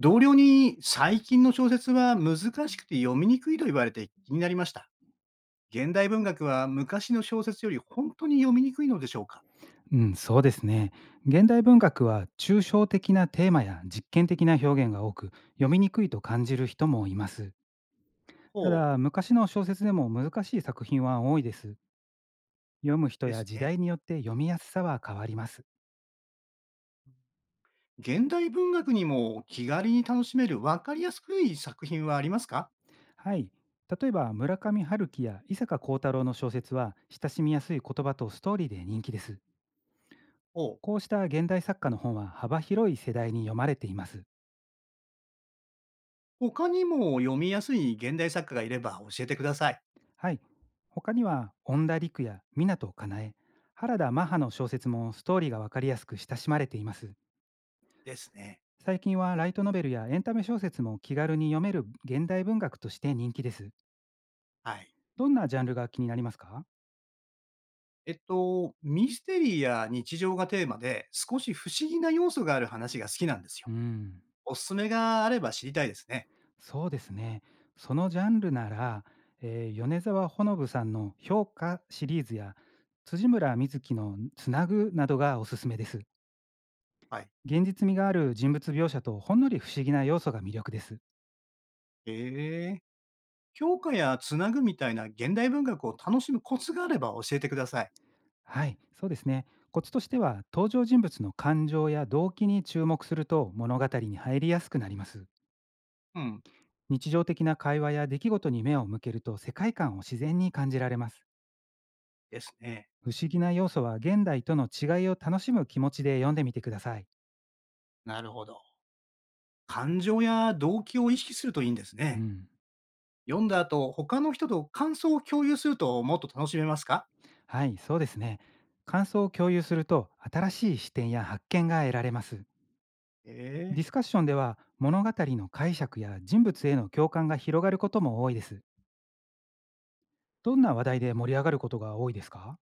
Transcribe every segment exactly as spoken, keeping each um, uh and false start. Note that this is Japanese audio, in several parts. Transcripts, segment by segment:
同僚に最近の小説は難しくて読みにくいと言われて気になりました。現代文学は昔の小説より本当に読みにくいのでしょうか？うん、そうですね。現代文学は抽象的なテーマや実験的な表現が多く、読みにくいと感じる人もいます。たほうだ、昔の小説でも難しい作品は多いです。読む人でやす時ね。代によって読みやすさは変わります。現代文学にも気軽に楽しめる分かりやすくい作品はありますか？はい。例えば、村上春樹や伊坂幸太郎の小説は、親しみやすい言葉とストーリーで人気です。ほう。こうした現代作家の本は幅広い世代に読まれています。他にも読みやすい現代作家がいれば教えてください。はい。他には、恩田陸や湊かなえ、原田マハの小説もストーリーがわかりやすく親しまれています。ですね。最近はライトノベルやエンタメ小説も気軽に読める現代文学として人気です。はい。どんなジャンルが気になりますか？えっと、ミステリーや日常がテーマで少し不思議な要素がある話が好きなんですよ。うん、おすすめがあれば知りたいですね。そうですね。そのジャンルなら、えー米沢ほのぶさんの評価シリーズや辻村瑞希のつなぐなどがおすすめです。はい。現実味がある人物描写とほんのり不思議な要素が魅力です。ええ。教科やつなぐみたいな現代文学を楽しむコツがあれば教えてください。はい、そうですね。コツとしては、登場人物の感情や動機に注目すると物語に入りやすくなります。うん。日常的な会話や出来事に目を向けると世界観を自然に感じられます。ですね。不思議な要素は現代との違いを楽しむ気持ちで読んでみてください。なるほど。感情や動機を意識するといいんですうね。ん。読んだ後、他の人と感想を共有するともっと楽しめますか？はい、そうですね。感想を共有すると新しい視点や発見が得られます。えデえ。ィスカッションでは物語の解釈や人物への共感が広がることも多いです。どんな話題で盛り上がることが多いですか？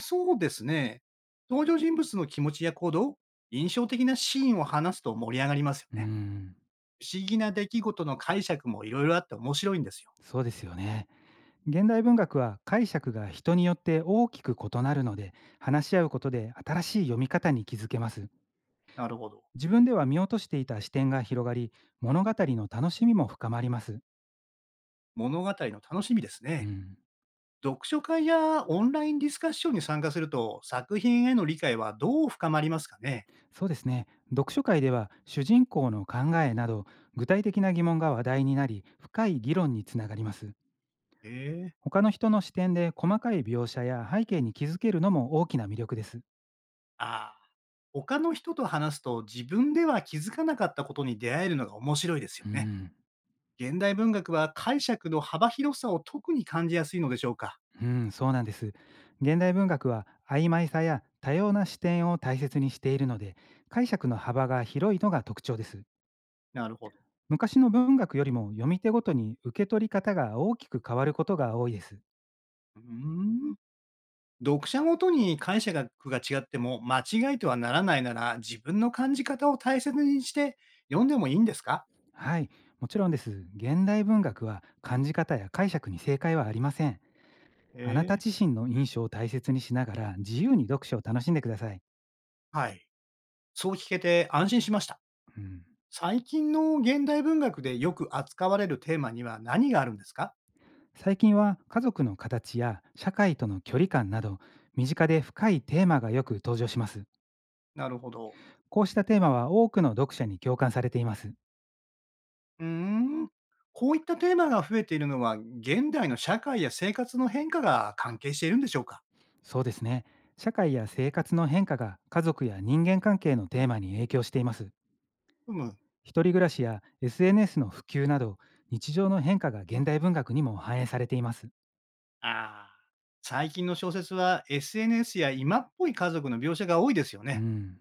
そうですね。登場人物の気持ちや行動、印象的なシーンを話すと盛り上がりますようーね。ん、不思議な出来事の解釈もいろいろあって面白いんですよ。そうですよね。現代文学は解釈が人によって大きく異なるので、話し合うことで新しい読み方に気づけます。なるほど。自分では見落としていた視点が広がり、物語の楽しみも深まります。物語の楽しみですうね。ん、読書会やオンラインディスカッションに参加すると、作品への理解はどう深まりますかね？そうですね。読書会では主人公の考えなど具体的な疑問が話題になり、深い議論につながります。ええ。他の人の視点で細かい描写や背景に気づけるのも大きな魅力です。ああ、他の人と話すと自分では気づかなかったことに出会えるのが面白いですようね。ん。現代文学は解釈の幅広さを特に感じやすいのでしょうか。うん、そうなんです。現代文学は曖昧さや多様な視点を大切にしているので、解釈の幅が広いのが特徴です。なるほど。昔の文学よりも読み手ごとに受け取り方が大きく変わることが多いです。うーん。読者ごとに解釈が違っても間違いとはならないなら自分の感じ方を大切にして読んでもいいんですか？はい、もちろんです。現代文学は感じ方や解釈に正解はありません。えあなたえ。自身の印象を大切にしながら自由に読書を楽しんでください。はい。そう聞けて安心しました。うん、最近の現代文学でよく扱われるテーマには何があるんですか？最近は家族の形や社会との距離感など、身近で深いテーマがよく登場します。なるほど。こうしたテーマは多くの読者に共感されています。うーん。こういったテーマが増えているのは、現代の社会や生活の変化が関係しているんでしょうか？そうですね。社会や生活の変化が家族や人間関係のテーマに影響しています。うむ。一人暮らしや エスエヌエス の普及など、日常の変化が現代文学にも反映されています。ああ。最近の小説は エスエヌエス や今っぽい家族の描写が多いですようね。ん。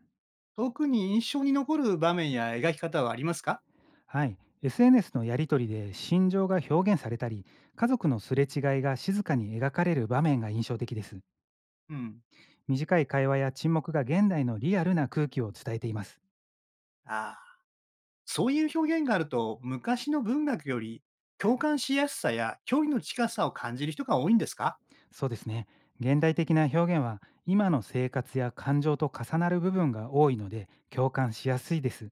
特に印象に残る場面や描き方はありますか？はい。エスエヌエス のやり取りで心情が表現されたり、家族のすれ違いが静かに描かれる場面が印象的です。うん。短い会話や沈黙が現代のリアルな空気を伝えています。ああ。そういう表現があると、昔の文学より共感しやすさや距離の近さを感じる人が多いんですか？そうですね。現代的な表現は今の生活や感情と重なる部分が多いので共感しやすいです。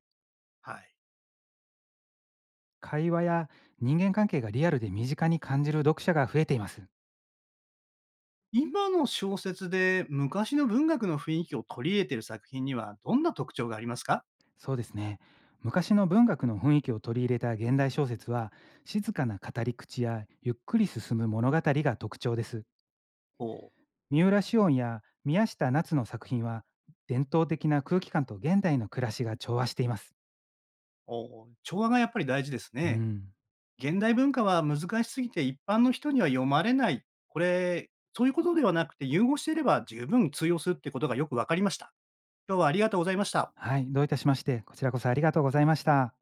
はい。会話や人間関係がリアルで身近に感じる読者が増えています。今の小説で昔の文学の雰囲気を取り入れている作品にはどんな特徴がありますか？そうですね。昔の文学の雰囲気を取り入れた現代小説は、静かな語り口やゆっくり進む物語が特徴です。おう。三浦紫音や宮下夏の作品は、伝統的な空気感と現代の暮らしが調和しています。おう、調和がやっぱり大事ですうね。ん。現代文化は難しすぎて一般の人には読まれない。これ、そういうことではなくて融合していれば十分通用するってことがよくわかりました。今日はありがとうございました。はい。どういたしまして、こちらこそありがとうございました。